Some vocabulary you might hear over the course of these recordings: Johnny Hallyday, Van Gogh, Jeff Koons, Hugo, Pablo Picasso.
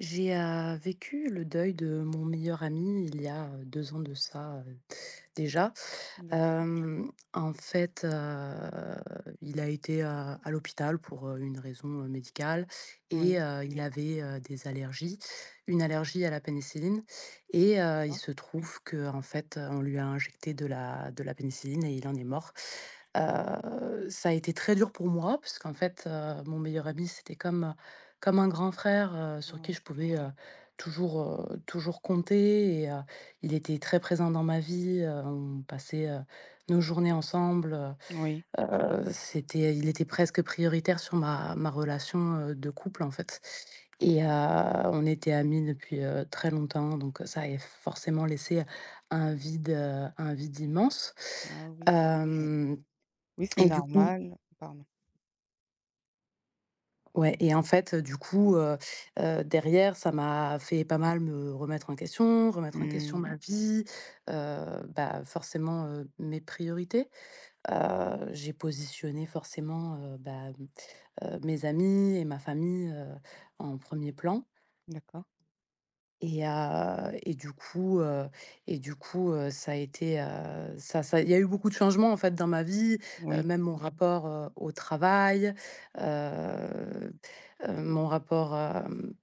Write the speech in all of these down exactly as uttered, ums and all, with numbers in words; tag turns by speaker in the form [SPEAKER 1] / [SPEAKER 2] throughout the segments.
[SPEAKER 1] J'ai euh, vécu le deuil de mon meilleur ami il y a euh, deux ans de ça euh, déjà.
[SPEAKER 2] D'acc,
[SPEAKER 1] Hem, en fait, heu, il a été, heu, à l'hôpital pour, heu, une raison, heu, médicale et
[SPEAKER 2] oui.
[SPEAKER 1] heu, il avait, heu, des allergies, une allergie à la pénicilline et heu, il
[SPEAKER 2] Ah.
[SPEAKER 1] se trouve que en fait, heu, on lui a injecté de la de la pénicilline et il en est mort.
[SPEAKER 2] Mmh.
[SPEAKER 1] Heu, ça a été très dur pour moi parce qu'en fait, heu, mon meilleur ami, c'était comme, heu, comme un grand frère, heu, sur qui je pouvais, heu, toujours, heu, toujours compter et heu, il était très présent dans ma vie, heu, on passait nos journées ensemble,
[SPEAKER 2] Oui.
[SPEAKER 1] heu, c'était il était presque prioritaire sur ma ma relation, heu, de couple, en fait et heu, on était amis depuis, heu, très longtemps donc ça a forcément laissé un vide, heu, un vide immense.
[SPEAKER 2] Ah oui, c'est oui.
[SPEAKER 1] Hem
[SPEAKER 2] Oui, c'est
[SPEAKER 1] Et du coup,
[SPEAKER 2] normal. Pardon.
[SPEAKER 1] ouais, et en fait, du coup, heu heu, derrière, ça m'a fait pas mal me remettre en question, remettre en question
[SPEAKER 2] Mmh,
[SPEAKER 1] ma vie, heu, bah, forcément, heu, mes priorités. Heu, j'ai positionné forcément, heu, bah, mmh, mes amis et ma famille, heu, en premier plan.
[SPEAKER 2] d'accord.
[SPEAKER 1] Et heu et du coup, heu et du coup, heu, ça a été, heu, ça ça il y a eu beaucoup de changements, en fait, dans ma vie, heu,
[SPEAKER 2] Oui.
[SPEAKER 1] même mon rapport, heu, au travail, heu heu, mon rapport, hem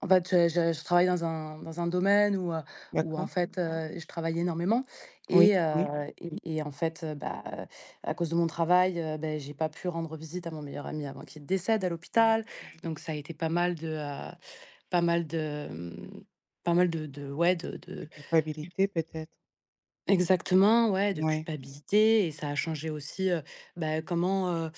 [SPEAKER 1] en fait, je je je travaille dans un dans un domaine où, heu, où en
[SPEAKER 2] D'accord.
[SPEAKER 1] fait, heu, je travaille énormément
[SPEAKER 2] Oui,
[SPEAKER 1] et
[SPEAKER 2] oui.
[SPEAKER 1] heu et et en fait, heu, bah, heu, à cause de mon travail, heu, beh, j'ai pas pu rendre visite à mon meilleur ami avant qu'il décède à
[SPEAKER 2] Ah, mmh.
[SPEAKER 1] l'hôpital. Donc ça a été pas mal de, heu, pas mal de, mmh, pas mal de de ouais, de
[SPEAKER 2] De
[SPEAKER 1] de
[SPEAKER 2] culpabilité peut-être?
[SPEAKER 1] exactement, ouais, de
[SPEAKER 2] Oui.
[SPEAKER 1] culpabilité et ça a changé aussi, heu, bah, comment, heu,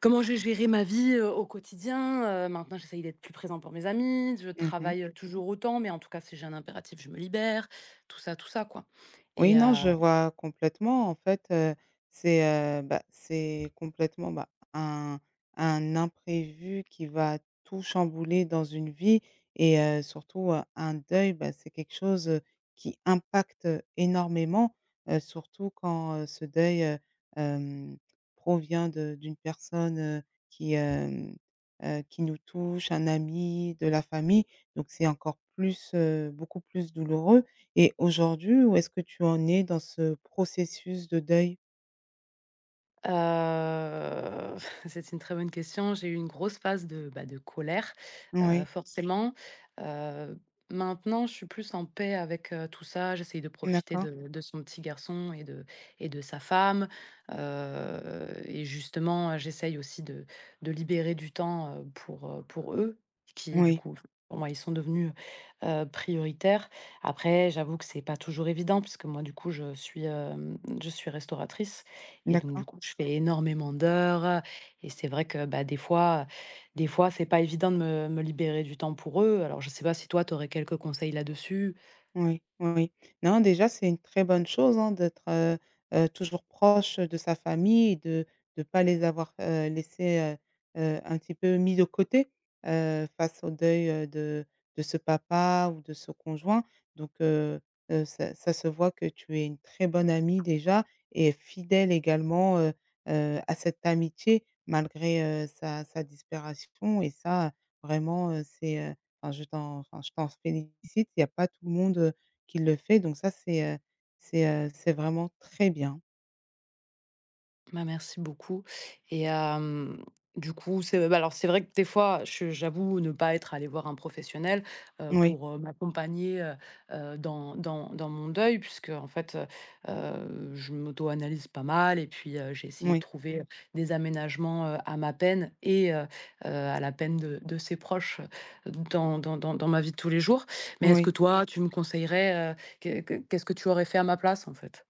[SPEAKER 1] comment j'ai géré ma vie, heu, au quotidien. Heu, maintenant, j'essaye d'être plus présent pour mes amis, je
[SPEAKER 2] Mmh.
[SPEAKER 1] travaille toujours autant, mais en tout cas, si j'ai un impératif, je me libère, tout ça, tout ça, quoi.
[SPEAKER 2] Oui,
[SPEAKER 1] et
[SPEAKER 2] non,
[SPEAKER 1] heu
[SPEAKER 2] je vois complètement. En fait, heu, c'est, heu, bah, c'est complètement, bah, un un imprévu qui va tout chambouler dans une vie et heu, surtout, heu, un deuil, bah, c'est quelque chose, heu, qui impacte énormément, heu, surtout quand, heu, ce deuil, heu, hem, provient de d'une personne, heu, qui, hem, heu, qui nous touche, un ami, de la famille. Donc c'est encore plus, heu, beaucoup plus douloureux. Et aujourd'hui, où est-ce que tu en es dans ce processus de deuil?
[SPEAKER 1] Heu, c'est une très bonne question. J'ai eu une grosse phase de, bah, de colère, heu,
[SPEAKER 2] Oui,
[SPEAKER 1] forcément. Heu, Maintenant, je suis plus en paix avec, heu, tout ça. J'essaye de profiter
[SPEAKER 2] d'accord,
[SPEAKER 1] de de son petit garçon et de et de sa femme. Heu et justement, heu, j'essaye aussi de de libérer du temps, heu, pour, heu, pour eux, qui du
[SPEAKER 2] oui,
[SPEAKER 1] coup, pour moi, ils sont devenus, heu, prioritaires. Après, j'avoue que c'est pas toujours évident puisque moi, du coup, je suis, hem, je suis restauratrice et donc
[SPEAKER 2] d'accord.
[SPEAKER 1] du coup, je fais énormément d'heures, et c'est vrai que, bah, des fois, des fois, c'est pas évident de me me libérer du temps pour eux. Alors je sais pas si toi, tu aurais quelques conseils là-dessus?
[SPEAKER 2] Oui, oui, oui. Non, déjà, c'est une très bonne chose, hein, d'être, heu heu, toujours proche de sa famille et de de pas les avoir, heu, laissés, heu heu, un petit peu mis de côté, heu, face au deuil, heu, de de ce papa ou de ce conjoint. Donc heu heu, ça ça se voit que tu es une très bonne amie déjà et fidèle également, heu heu, à cette amitié malgré, heu, sa sa disparition. Et ça, vraiment, heu, c'est, enfin, je t'en enfin, je t'en félicite, il y a pas tout le monde, heu, qui le fait. Donc ça c'est, heu, c'est, heu, c'est vraiment très bien.
[SPEAKER 1] Bah, merci beaucoup et hem, du coup, c'est bah, alors, c'est vrai que des fois, je j'avoue ne pas être allée voir un professionnel, heu,
[SPEAKER 2] Oui,
[SPEAKER 1] pour, heu, m'accompagner, heu heu, dans dans dans mon deuil puisque en fait, heu heu, je m'auto-analyse pas mal et puis, heu, j'ai essayé de
[SPEAKER 2] oui,
[SPEAKER 1] trouver, heu, des aménagements, heu, à ma peine et heu heu, à la peine de de ses proches, heu, dans dans dans dans ma vie de tous les jours. Mais est-ce
[SPEAKER 2] oui.
[SPEAKER 1] que toi, tu me conseillerais, heu, qu'est qu'est-ce que tu aurais fait à ma place, en fait?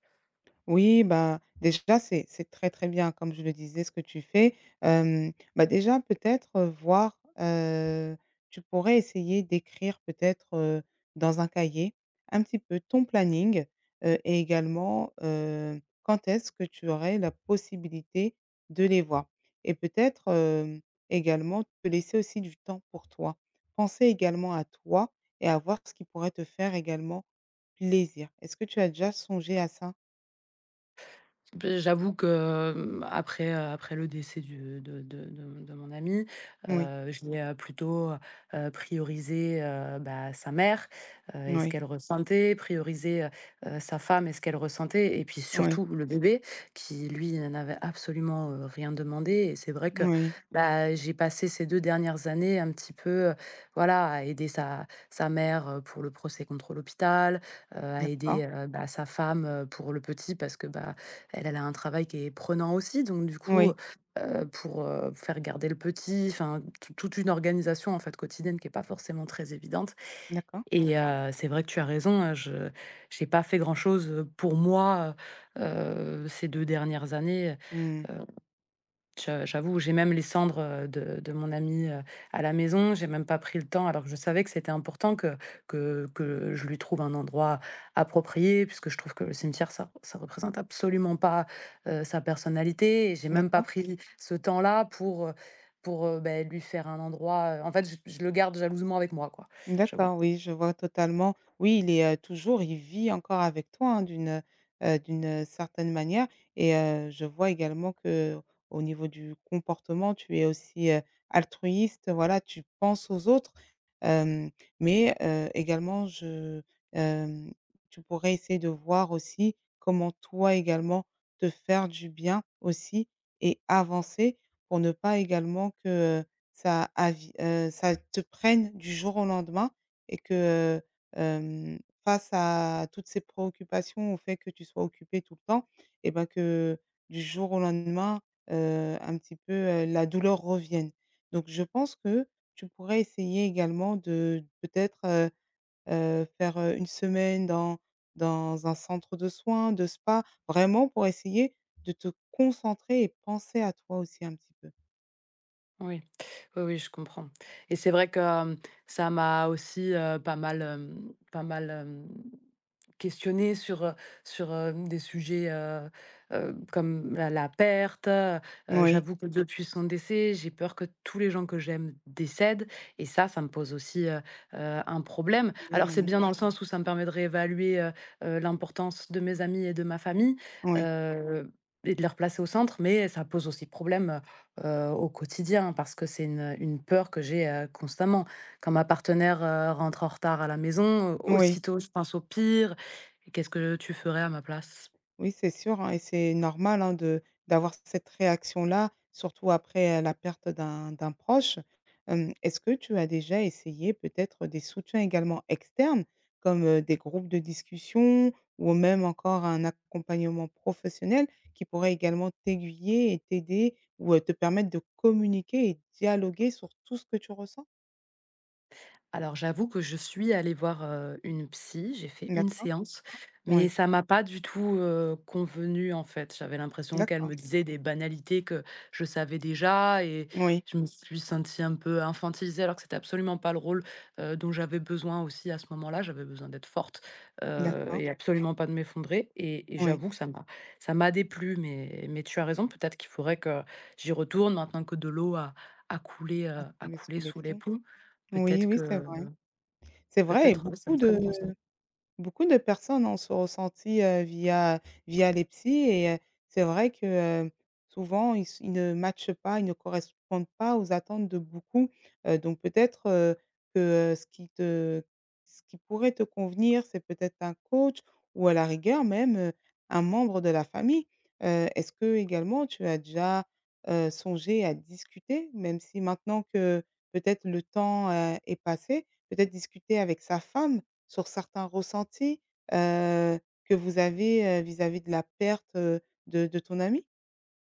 [SPEAKER 2] Oui, bah, déjà, c'est c'est très, très bien, comme je le disais, ce que tu fais. Hem, bah, déjà, peut-être, heu, voir, heu, tu pourrais essayer d'écrire peut-être, heu, dans un cahier, un petit peu ton planning, heu et également, heu, quand est-ce que tu aurais la possibilité de les voir? Et peut-être, hem, également, te laisser aussi du temps pour toi. Penser également à toi et à voir ce qui pourrait te faire également plaisir. Est-ce que tu as déjà songé à ça?
[SPEAKER 1] Beh, j'avoue que, hem, après, heu, après le décès du de de de de mon ami,
[SPEAKER 2] Oui.
[SPEAKER 1] heu, je l'ai, heu, plutôt, heu priorisé, heu, bah, sa mère, heu et ce
[SPEAKER 2] Oui,
[SPEAKER 1] qu'elle ressentait, priorisé heu heu, sa femme et ce qu'elle ressentait et puis
[SPEAKER 2] oui,
[SPEAKER 1] surtout le bébé qui, lui, n'avait absolument, heu, rien demandé et c'est vrai que,
[SPEAKER 2] oui,
[SPEAKER 1] bah, j'ai passé ces deux dernières années un petit peu, heu, voilà, à aider sa sa mère, heu, pour le procès contre l'hôpital, heu, à
[SPEAKER 2] d'accord.
[SPEAKER 1] aider, heu, bah, sa femme, heu, pour le petit parce que, bah, elle, elle a un travail qui est prenant aussi, donc du
[SPEAKER 2] Oui,
[SPEAKER 1] coup, heu, pour, heu, faire garder le petit, enfin, tou toute une organisation, en fait, quotidienne qui est pas forcément très évidente
[SPEAKER 2] d'accord.
[SPEAKER 1] et heu, c'est vrai que tu as raison, heu, je j'ai pas fait grand-chose, pour moi, heu ces deux dernières années,
[SPEAKER 2] Mmh.
[SPEAKER 1] je j'avoue, j'ai même les cendres, heu, de de mon ami heu, à la maison. J'ai même pas pris le temps alors que je savais que c'était important que que que je lui trouve un endroit approprié puisque je trouve que le cimetière ça ça représente absolument pas, heu, sa personnalité et j'ai même pas
[SPEAKER 2] D'accord.
[SPEAKER 1] pris ce temps-là pour, heu, pour, heu, beh, lui faire un endroit, euh, en fait, je je le garde jalousement avec moi, quoi, j'avoue.
[SPEAKER 2] D'accord, oui, je vois totalement. Oui, il est, heu, toujours il vit encore avec toi, hein, d'une, heu d'une certaine manière. Et heu, je vois également que au niveau du comportement, tu es aussi, heu, altruiste, voilà, tu penses aux autres, hem, mais heu, également je hem, tu pourrais essayer de voir aussi comment toi également te faire du bien aussi et avancer pour ne pas également que, ça avi heu, ça te prenne du jour au lendemain. Et que, hem, face à toutes ces préoccupations, au fait que tu sois occupé tout le temps, et ben que du jour au lendemain, heu, un petit peu, heu, la douleur revienne. Donc je pense que tu pourrais essayer également de peut-être, heu heu, faire, heu, une semaine dans dans un centre de soins, de spa, vraiment pour essayer de te concentrer et penser à toi aussi un petit peu.
[SPEAKER 1] Oui, oui, oui, je comprends et c'est vrai que, hem, ça m'a aussi, heu, pas mal, hem pas mal, hem, questionnée sur, heu sur, hem, des sujets, heu heu, comme la la perte, heu
[SPEAKER 2] Oui,
[SPEAKER 1] j'avoue que depuis son décès, j'ai peur que tous les gens que j'aime décèdent et ça, ça me pose aussi, heu heu, un problème. Alors
[SPEAKER 2] complètement,
[SPEAKER 1] c'est
[SPEAKER 2] oui.
[SPEAKER 1] bien dans le sens où ça me permet de réévaluer, heu heu, l'importance de mes amis et de ma famille,
[SPEAKER 2] Oui.
[SPEAKER 1] heu et de les replacer au centre, mais ça pose aussi problème, heu, au quotidien parce que c'est une une peur que j'ai, heu, constamment. Quand ma partenaire, heu, rentre en retard à la maison, euh,
[SPEAKER 2] Oui,
[SPEAKER 1] aussitôt je pense au pire: «Qu'est-ce que tu ferais à ma place?»
[SPEAKER 2] oui, c'est sûr, hein, et c'est normal, hein, de d'avoir cette réaction-là, surtout après, heu, la perte d'un d'un proche. Hem, est-ce que tu as déjà essayé peut-être des soutiens également externes, comme, heu, des groupes de discussion ou même encore un accompagnement professionnel qui pourrait également t'aiguiller et t'aider ou, heu, te permettre de communiquer et dialoguer sur tout ce que tu ressens?
[SPEAKER 1] Alors j'avoue que je suis allée voir, heu, une psy, j'ai fait une
[SPEAKER 2] D'accord,
[SPEAKER 1] séance, mais
[SPEAKER 2] oui,
[SPEAKER 1] ça m'a pas du tout, heu, convenu en fait. J'avais l'impression qu'elle
[SPEAKER 2] d'accord,
[SPEAKER 1] me disait des banalités que je savais déjà et
[SPEAKER 2] oui,
[SPEAKER 1] je me suis sentie un peu infantilisée alors que c'était absolument pas le rôle, heu, dont j'avais besoin aussi à ce moment-là. J'avais besoin d'être forte, heu
[SPEAKER 2] d'accord,
[SPEAKER 1] et absolument pas de m'effondrer et et
[SPEAKER 2] oui.
[SPEAKER 1] j'avoue que ça m'a ça m'a déplu mais mais tu as raison, peut-être qu'il faudrait que j'y retourne maintenant que de l'eau a a coulé,
[SPEAKER 2] Ah,
[SPEAKER 1] heu, a
[SPEAKER 2] mais sous
[SPEAKER 1] coulé
[SPEAKER 2] les
[SPEAKER 1] sous les
[SPEAKER 2] ponts.
[SPEAKER 1] ponts.
[SPEAKER 2] Oui,
[SPEAKER 1] Peut-être
[SPEAKER 2] oui,
[SPEAKER 1] que
[SPEAKER 2] c'est vrai. C'est vrai. Et
[SPEAKER 1] Peut-être, ouais, c'est un
[SPEAKER 2] beaucoup
[SPEAKER 1] très
[SPEAKER 2] de
[SPEAKER 1] bon conseil.
[SPEAKER 2] Beaucoup de personnes ont ce ressenti, heu, via via les psys. Et heu, c'est vrai que, heu, souvent ils s ils ne matchent pas, ils ne correspondent pas aux attentes de beaucoup, heu, donc peut-être, heu, que, heu, ce qui te ce qui pourrait te convenir, c'est peut-être un coach ou à la rigueur même, heu, un membre de la famille. Heu, est-ce que également tu as déjà, heu, songé à discuter, même si maintenant que peut-être le temps, heu, est passé, peut-être discuter avec sa femme, sur certains ressentis, heu, que vous avez, heu, vis-à-vis de la perte, heu, de de ton ami?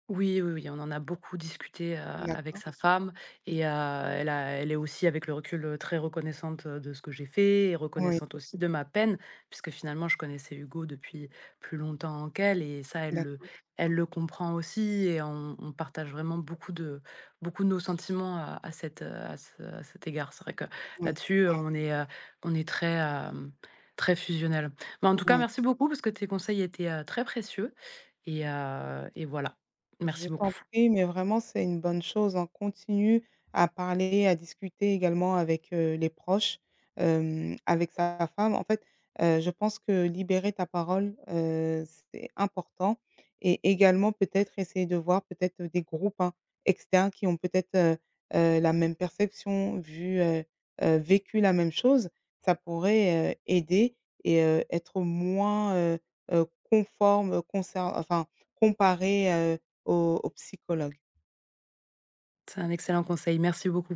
[SPEAKER 1] Oui, oui, oui, on en a beaucoup discuté, heu, avec
[SPEAKER 2] D'accord.
[SPEAKER 1] sa femme et heu, elle a elle est aussi avec le recul, heu, très reconnaissante, heu, de ce que j'ai fait et
[SPEAKER 2] Oui,
[SPEAKER 1] reconnaissante aussi de ma peine, puisque finalement je connaissais Hugo depuis plus longtemps qu'elle et ça elle le
[SPEAKER 2] d'accord.
[SPEAKER 1] elle le comprend aussi et on on partage vraiment beaucoup de beaucoup de nos sentiments à à cet, heu, à ce à cet égard. C'est vrai que
[SPEAKER 2] Oui,
[SPEAKER 1] là-dessus, heu, on est, heu, on est très, hem, très fusionnels. Mais en tout cas
[SPEAKER 2] oui.
[SPEAKER 1] merci beaucoup parce que tes conseils étaient, heu, très précieux et heu et voilà.
[SPEAKER 2] Je
[SPEAKER 1] Merci
[SPEAKER 2] t'en
[SPEAKER 1] beaucoup.
[SPEAKER 2] prie, mais vraiment, c'est une bonne chose. On continue à parler, à discuter également avec, heu, les proches, hem, avec sa femme. En fait, heu, je pense que libérer ta parole, heu, c'est important. Et également peut-être essayer de voir peut-être, des groupes, hein, externes qui ont peut-être, heu heu, la même perception, vu, heu heu, vécu la même chose. Ça pourrait, heu, aider. Et heu, être moins, heu heu, conforme, concer enfin, comparé, au au psychologue.
[SPEAKER 1] C'est un excellent conseil. Merci beaucoup.